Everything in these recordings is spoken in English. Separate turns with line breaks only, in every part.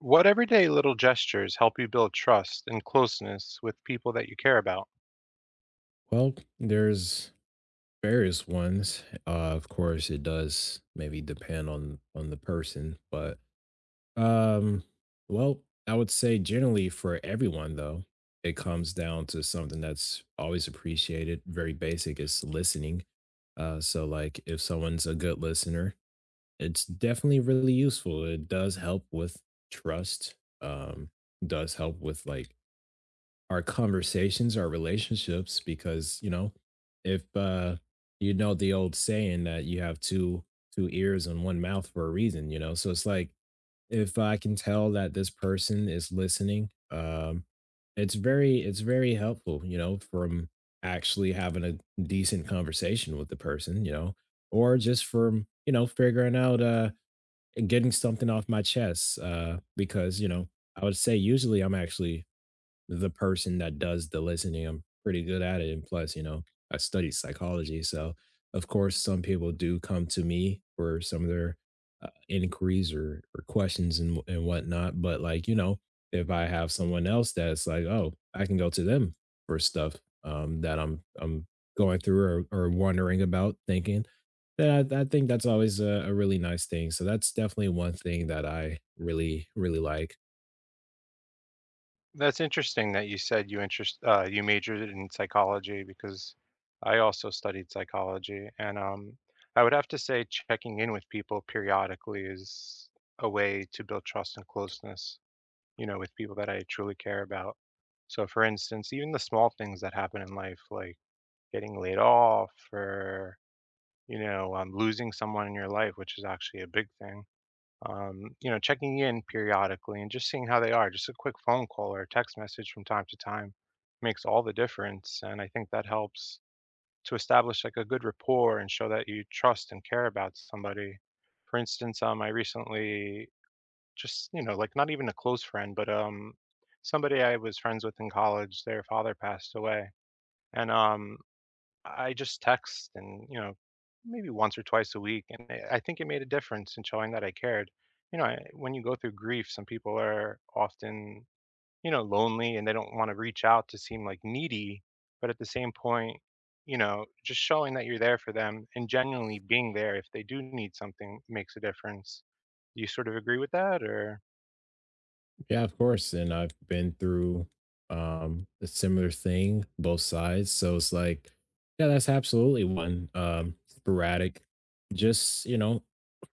What everyday little gestures help you build trust and closeness with people that you care about?
Well, there's various ones. Of course, it does maybe depend on the person, but um, well, I would say generally for everyone though, it comes down to something that's always appreciated. Very basic is listening. So like if someone's a good listener, it's definitely really useful. It does help with trust. Um, does help with like our conversations, our relationships, because if you know the old saying that you have two ears and one mouth for a reason, you know. So it's like if I can tell that this person is listening, it's very helpful, you know, from actually having a decent conversation with the person, you know, or just from, figuring out and getting something off my chest. Because, you know, I would say usually I'm actually the person that does the listening. I'm pretty good at it, and plus, you know, I studied psychology, so of course, some people do come to me for some of their inquiries or questions and and whatnot. But like, you know, if I have someone else that's like, oh, I can go to them for stuff that I'm going through or wondering about, thinking. I think that's always a really nice thing. So that's definitely one thing that I really really like.
That's interesting that you said you majored in psychology because I also studied psychology, and I would have to say checking in with people periodically is a way to build trust and closeness, you know, with people that I truly care about. So, for instance, even the small things that happen in life, like getting laid off or losing someone in your life, which is actually a big thing you know, checking in periodically and just seeing how they are. Just a quick phone call or a text message from time to time makes all the difference. And I think that helps to establish like a good rapport and show that you trust and care about somebody. For instance, I recently just, you know, like not even a close friend, but somebody I was friends with in college, their father passed away. And I just text and, you know, maybe once or twice a week. And I think it made a difference in showing that I cared. You know, I, when you go through grief, some people are often, you know, lonely and they don't want to reach out to seem like needy. But at the same point, you know, just showing that you're there for them and genuinely being there if they do need something makes a difference. Do you sort of agree with that or?
Yeah, of course. And I've been through a similar thing, both sides. So it's like, yeah, that's absolutely one. Sporadic. Just, you know,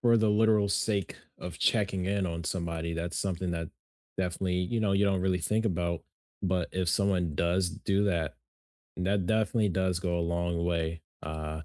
for the literal sake of checking in on somebody. That's something that definitely, you know, you don't really think about. But if someone does do that, that definitely does go a long way.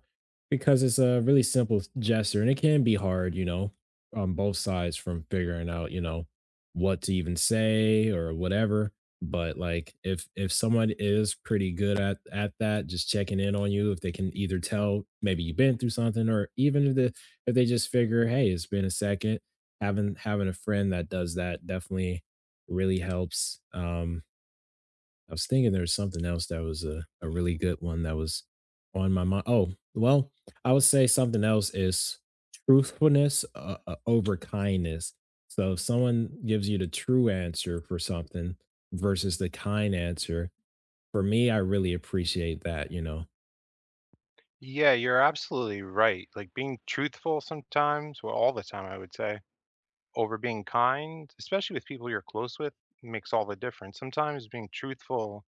Because it's a really simple gesture and it can be hard, you know, on both sides from figuring out, you know, what to even say or whatever. But like if someone is pretty good at that, just checking in on you, if they can either tell maybe you've been through something or even if they just figure, hey, it's been a second, having a friend that does that definitely really helps. I was thinking there was something else that was a really good one that was on my mind. Oh, well, I would say something else is truthfulness over kindness. So if someone gives you the true answer for something versus the kind answer, for me, I really appreciate that, you know.
Yeah, you're absolutely right. Like being truthful sometimes, well, all the time, I would say, over being kind, especially with people you're close with, makes all the difference. Sometimes being truthful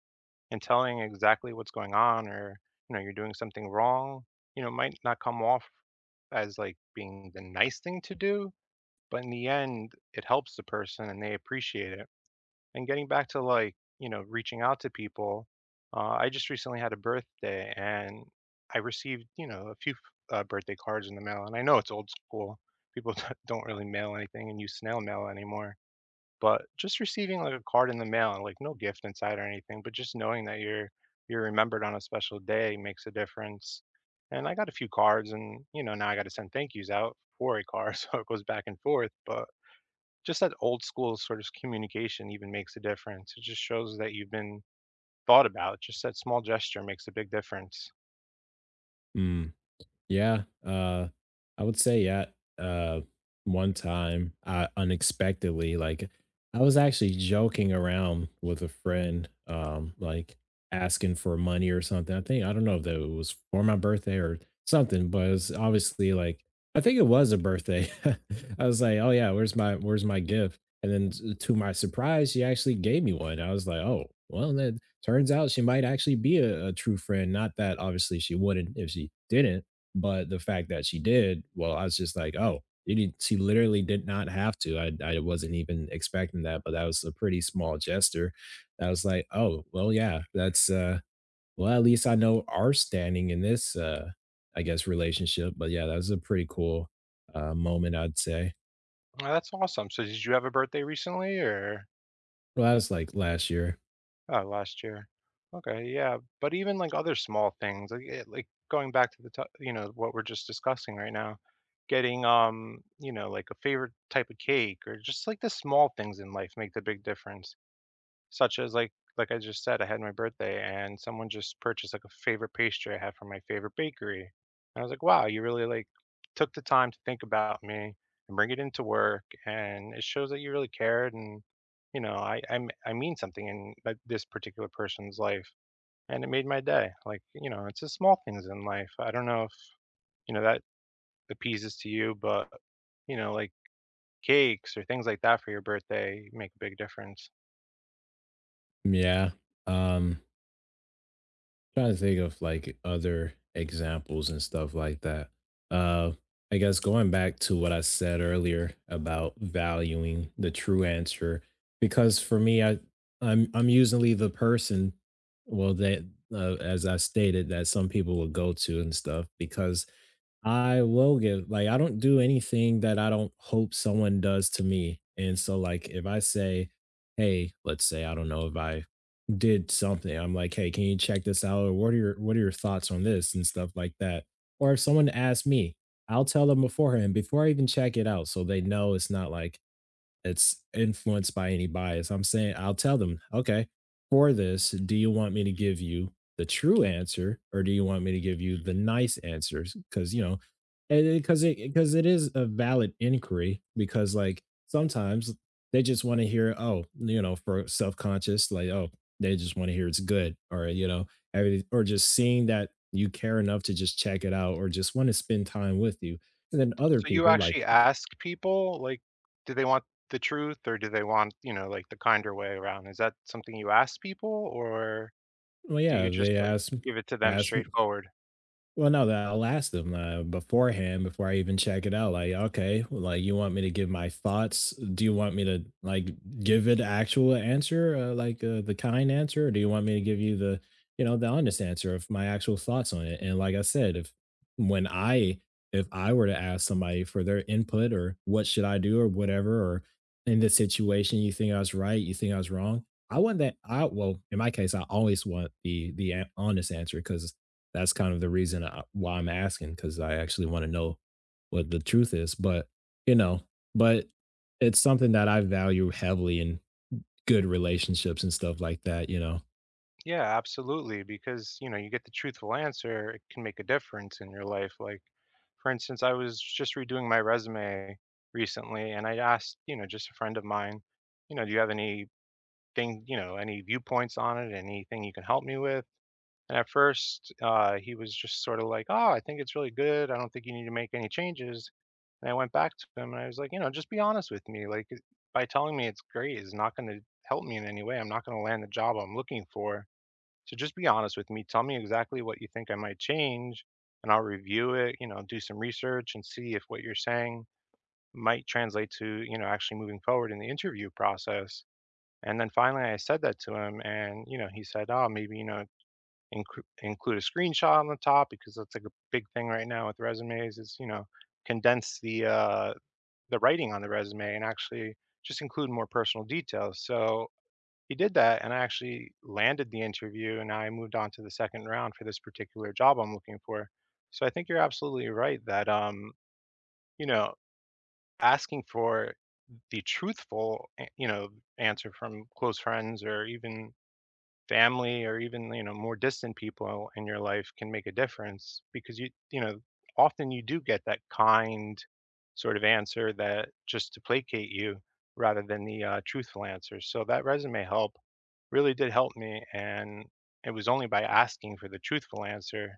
and telling exactly what's going on or, you know, you're doing something wrong, you know, might not come off as like being the nice thing to do, but in the end, it helps the person and they appreciate it. And getting back to like, you know, reaching out to people, I just recently had a birthday and I received, you know, a few birthday cards in the mail. And I know it's old school. People don't really mail anything and use snail mail anymore, but just receiving, like, a card in the mail and, like, no gift inside or anything, but just knowing that you're remembered on a special day makes a difference. And I got a few cards and, you know, now I gotta send thank yous out for a card, so it goes back and forth, but just that old school sort of communication even makes a difference. It just shows that you've been thought about. Just that small gesture makes a big difference.
Mm. Yeah, I would say yeah. Uh, One time, I unexpectedly like I was actually joking around with a friend, like asking for money or something. I think I don't know if that it was for my birthday or something, but it was obviously like I think it was a birthday. I was like, oh yeah, where's my gift? And then to my surprise, she actually gave me one. I was like, oh well, that turns out she might actually be a true friend. Not that obviously she wouldn't if she didn't, but the fact that she did, well, I was just like, "Oh, you didn't, she literally did not have to." I wasn't even expecting that, but that was a pretty small gesture. I was like, "Oh, well, yeah, that's, well, at least I know our standing in this, I guess, relationship." But yeah, that was a pretty cool, moment, I'd say.
Aw, that's awesome. So did you have a birthday recently or?
Well, that was, like, last year.
Oh, last year. Okay, yeah, but even, like, other small things, like, like, going back to the to you know, what we're just discussing right now, getting, you know, like, a favorite type of cake or just, like, the small things in life make the big difference. Such as like I just said, I had my birthday and someone just purchased like a favorite pastry I have from my favorite bakery. And I was like, wow, you really like took the time to think about me and bring it into work. And it shows that you really cared. And, you know, I mean something in like, this particular person's life. And it made my day. Like, you know, it's the small things in life. I don't know if, you know, that appeases to you, but, you know, like cakes or things like that for your birthday make a big difference.
Yeah, um trying to think of like other examples and stuff like that. Uh, I guess going back to what I said earlier about valuing the true answer, because for me, I'm usually the person, well, that as I stated, that some people will go to and stuff because I will give like, I don't do anything that I don't hope someone does to me, and so, like, if I say, "Hey," let's say, I don't know, if I did something, I'm like, "Hey, can you check this out, or what are your thoughts on this?" and stuff like that, or if someone asks me, I'll tell them beforehand, before I even check it out, so they know it's not like, it's influenced by any bias. I'm saying I'll tell them, okay, for this, do you want me to give you the true answer or do you want me to give you the nice answers? Because, you know, because it is a valid inquiry, because like sometimes they just want to hear, oh, you know, for self-conscious, like, oh, they just want to hear it's good, or you know, every, or just seeing that you care enough to just check it out or just want to spend time with you, and then other
So you
people like
actually ask people, like, do they want the truth or do they want, you know, like the kinder way around? Is that something you ask people or
well
do you
yeah
just
they
like
ask
give it to them
ask
straightforward?
well, no, that I'll ask them, beforehand before I even check it out, like, "Okay, like, you want me to give my thoughts? Do you want me to, like, give an actual answer, like, the kind answer, or do you want me to give you the, you know, the honest answer of my actual thoughts on it?" And like I said, when I if I were to ask somebody for their input or what should I do or whatever, or in this situation, you think I was right, you think I was wrong, I want that, I, well, in my case, I always want the a honest answer because. That's kind of the reason I, why I'm asking, because I actually want to know what the truth is. But you know, but it's something that I value heavily in good relationships and stuff like that. You know,
Yeah, absolutely. Because, you know, you get the truthful answer, it can make a difference in your life. Like, for instance, I was just redoing my resume recently and I asked, you know, just a friend of mine, you know, do you have anything, you know, any viewpoints on it, anything you can help me with? And at first, he was just sort of like, "Oh, I think it's really good. I don't think you need to make any changes." And I went back to him and I was like, "You know, just be honest with me. By telling me it's great is not going to help me in any way. I'm not going to land the job I'm looking for. So just be honest with me. Tell me exactly what you think I might change, and I'll review it. You know, do some research and see if what you're saying might translate to, you know, actually moving forward in the interview process." And then finally, I said that to him, and you know, he said, "Oh, maybe you know." Include a screenshot on the top because that's like a big thing right now with resumes is, you know, condense the writing on the resume and actually just include more personal details. So he did that, and I actually landed the interview, and I moved on to the second round for this particular job I'm looking for. So I think you're absolutely right that you know, asking for you know, answer from close friends or even family or even, you know, more distant people in your life can make a difference because you know, often you do get that kind sort of answer that just to placate you rather than the truthful answer. So that resume help really did help me, and it was only by asking for the truthful answer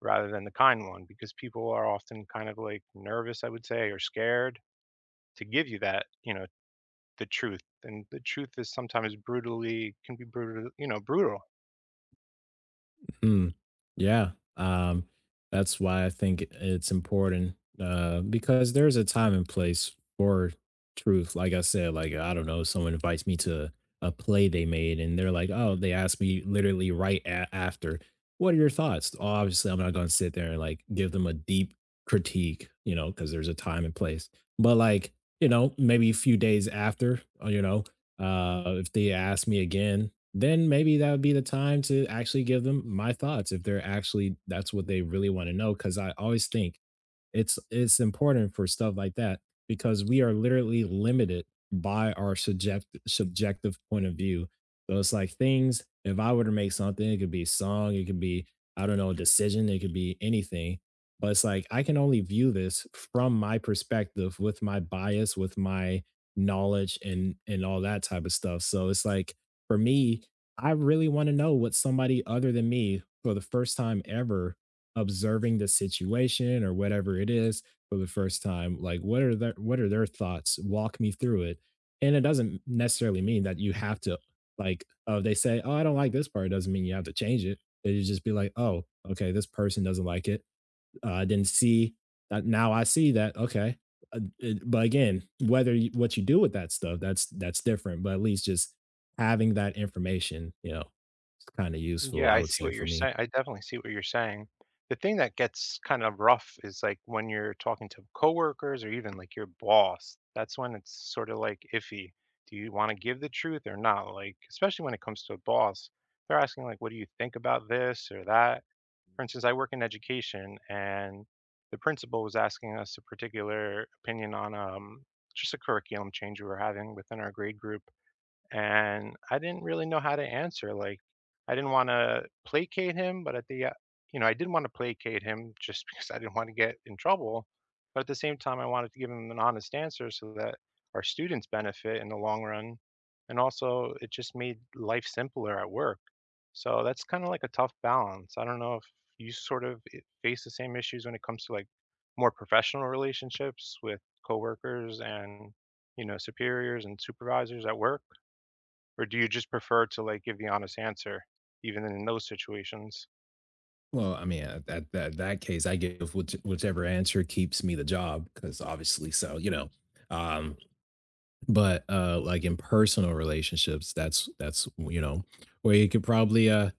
rather than the kind one, because people are often kind of like nervous, I would say, or scared to give you that, you know, the truth. And the truth is sometimes brutally can be brutal, you know, brutal.
hmm. Yeah. Um, that's why I think it's important, because there's a time and place for truth. Like I said, like, I don't know, someone invites me to a play they made and they're like, oh, they asked me literally right after, what are your thoughts? Obviously, I'm not going to sit there and like give them a deep critique, you know, because there's a time and place. But like, you know, maybe a few days after, you know, if they ask me again, then maybe that would be the time to actually give them my thoughts if they're actually that's what they really want to know. Cause I always think it's important for stuff like that, because we are literally limited by our subjective point of view. So it's like things, if I were to make something, it could be a song, it could be, I don't know, a decision, it could be anything. But it's like I can only view this from my perspective with my bias, with my knowledge and all that type of stuff. So it's like for me, I really want to know what somebody other than me for the first time ever observing the situation or whatever it is for the first time, like what are their thoughts, walk me through it, and it doesn't necessarily mean that you have to, like, oh, they say, oh, I don't like this part, it doesn't mean you have to change it. You just be like, oh, okay, this person doesn't like it. I didn't see, now I see that, okay. But again, whether you, what you do with that stuff, that's different, but at least just having that information, you know, it's kind of useful,
Yeah,
I
I
would
see what
say, for
you're
me.
saying. I definitely see what you're saying. The thing that gets kind of rough is like when you're talking to coworkers or even like your boss. That's when it's sort of like iffy. Do you want to give the truth or not? Like, especially when it comes to a boss, they're asking like, "What do you think about this or that?" For instance, I work in education, and the principal was asking us a particular opinion on just a curriculum change we were having within our grade group, and I didn't really know how to answer. Like, I didn't want to placate him, but at the, you know, I did not want to placate him just because I didn't want to get in trouble. But at the same time, I wanted to give him an honest answer so that our students benefit in the long run. And also, it just made life simpler at work. So that's kind of like a tough balance. I don't know if you sort of face the same issues when it comes to like more professional relationships with coworkers and, you know, superiors and supervisors at work. Or do you just prefer to, like, give the honest answer even in those situations?
Well, I mean, at that that case, I give which, whichever answer keeps me the job, because obviously, so you know, um, but like in personal relationships, that's, you know, where you could probably uh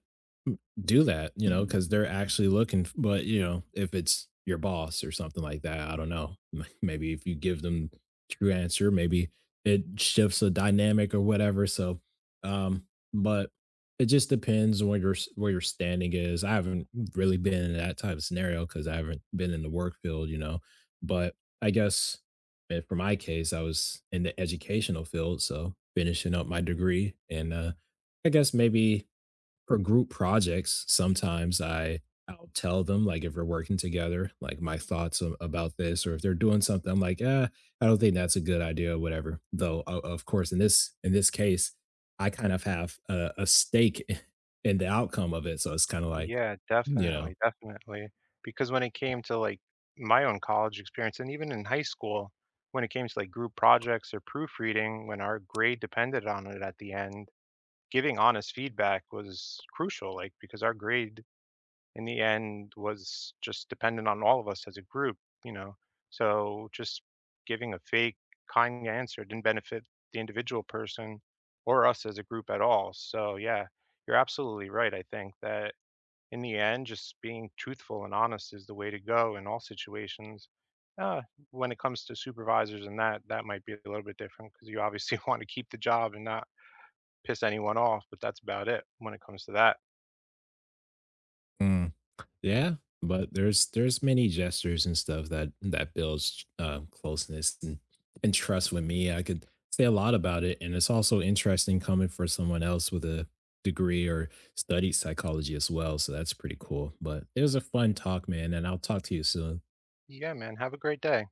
m- do that, you know, because they're actually looking. But you know, if it's your boss or something like that, I don't know. Maybe if you give them true answer, maybe it shifts a dynamic or whatever. So, um, but it just depends on where your where your standing is. I haven't really been in that type of scenario because I haven't been in the work field, you know. But I guess for my case, I was in the educational field, so finishing up my degree and I guess maybe for group projects, sometimes I I'll tell them like if we're working together, like my thoughts about this, or if they're doing something, I'm like, ah, I don't think that's a good idea, or whatever. Though, of course, in this case, I kind of have a stake in the outcome of it, so it's kind of like,
Yeah,
you know,
definitely, definitely. Because when it came to, like, my own college experience and even in high school, when it came to, like, group projects or proofreading, when our grade depended on it at the end, giving honest feedback was crucial, like, because our grade in the end was just dependent on all of us as a group, you know. So just giving a fake kind answer didn't benefit the individual person or us as a group at all. So yeah, you're absolutely right. I think that in the end, just being truthful and honest is the way to go in all situations. Uh, when it comes to supervisors and that, that might be a little bit different because you obviously want to keep the job and not piss anyone off, but that's about it when it comes to that.
mm, yeah, but there's many gestures and stuff that builds closeness and trust with me. I could say a lot about it, and it's also interesting coming for someone else with a degree or studied psychology as well. So that's pretty cool. But it was a fun talk, man, and I'll talk to you soon.
Yeah, man. Have a great day.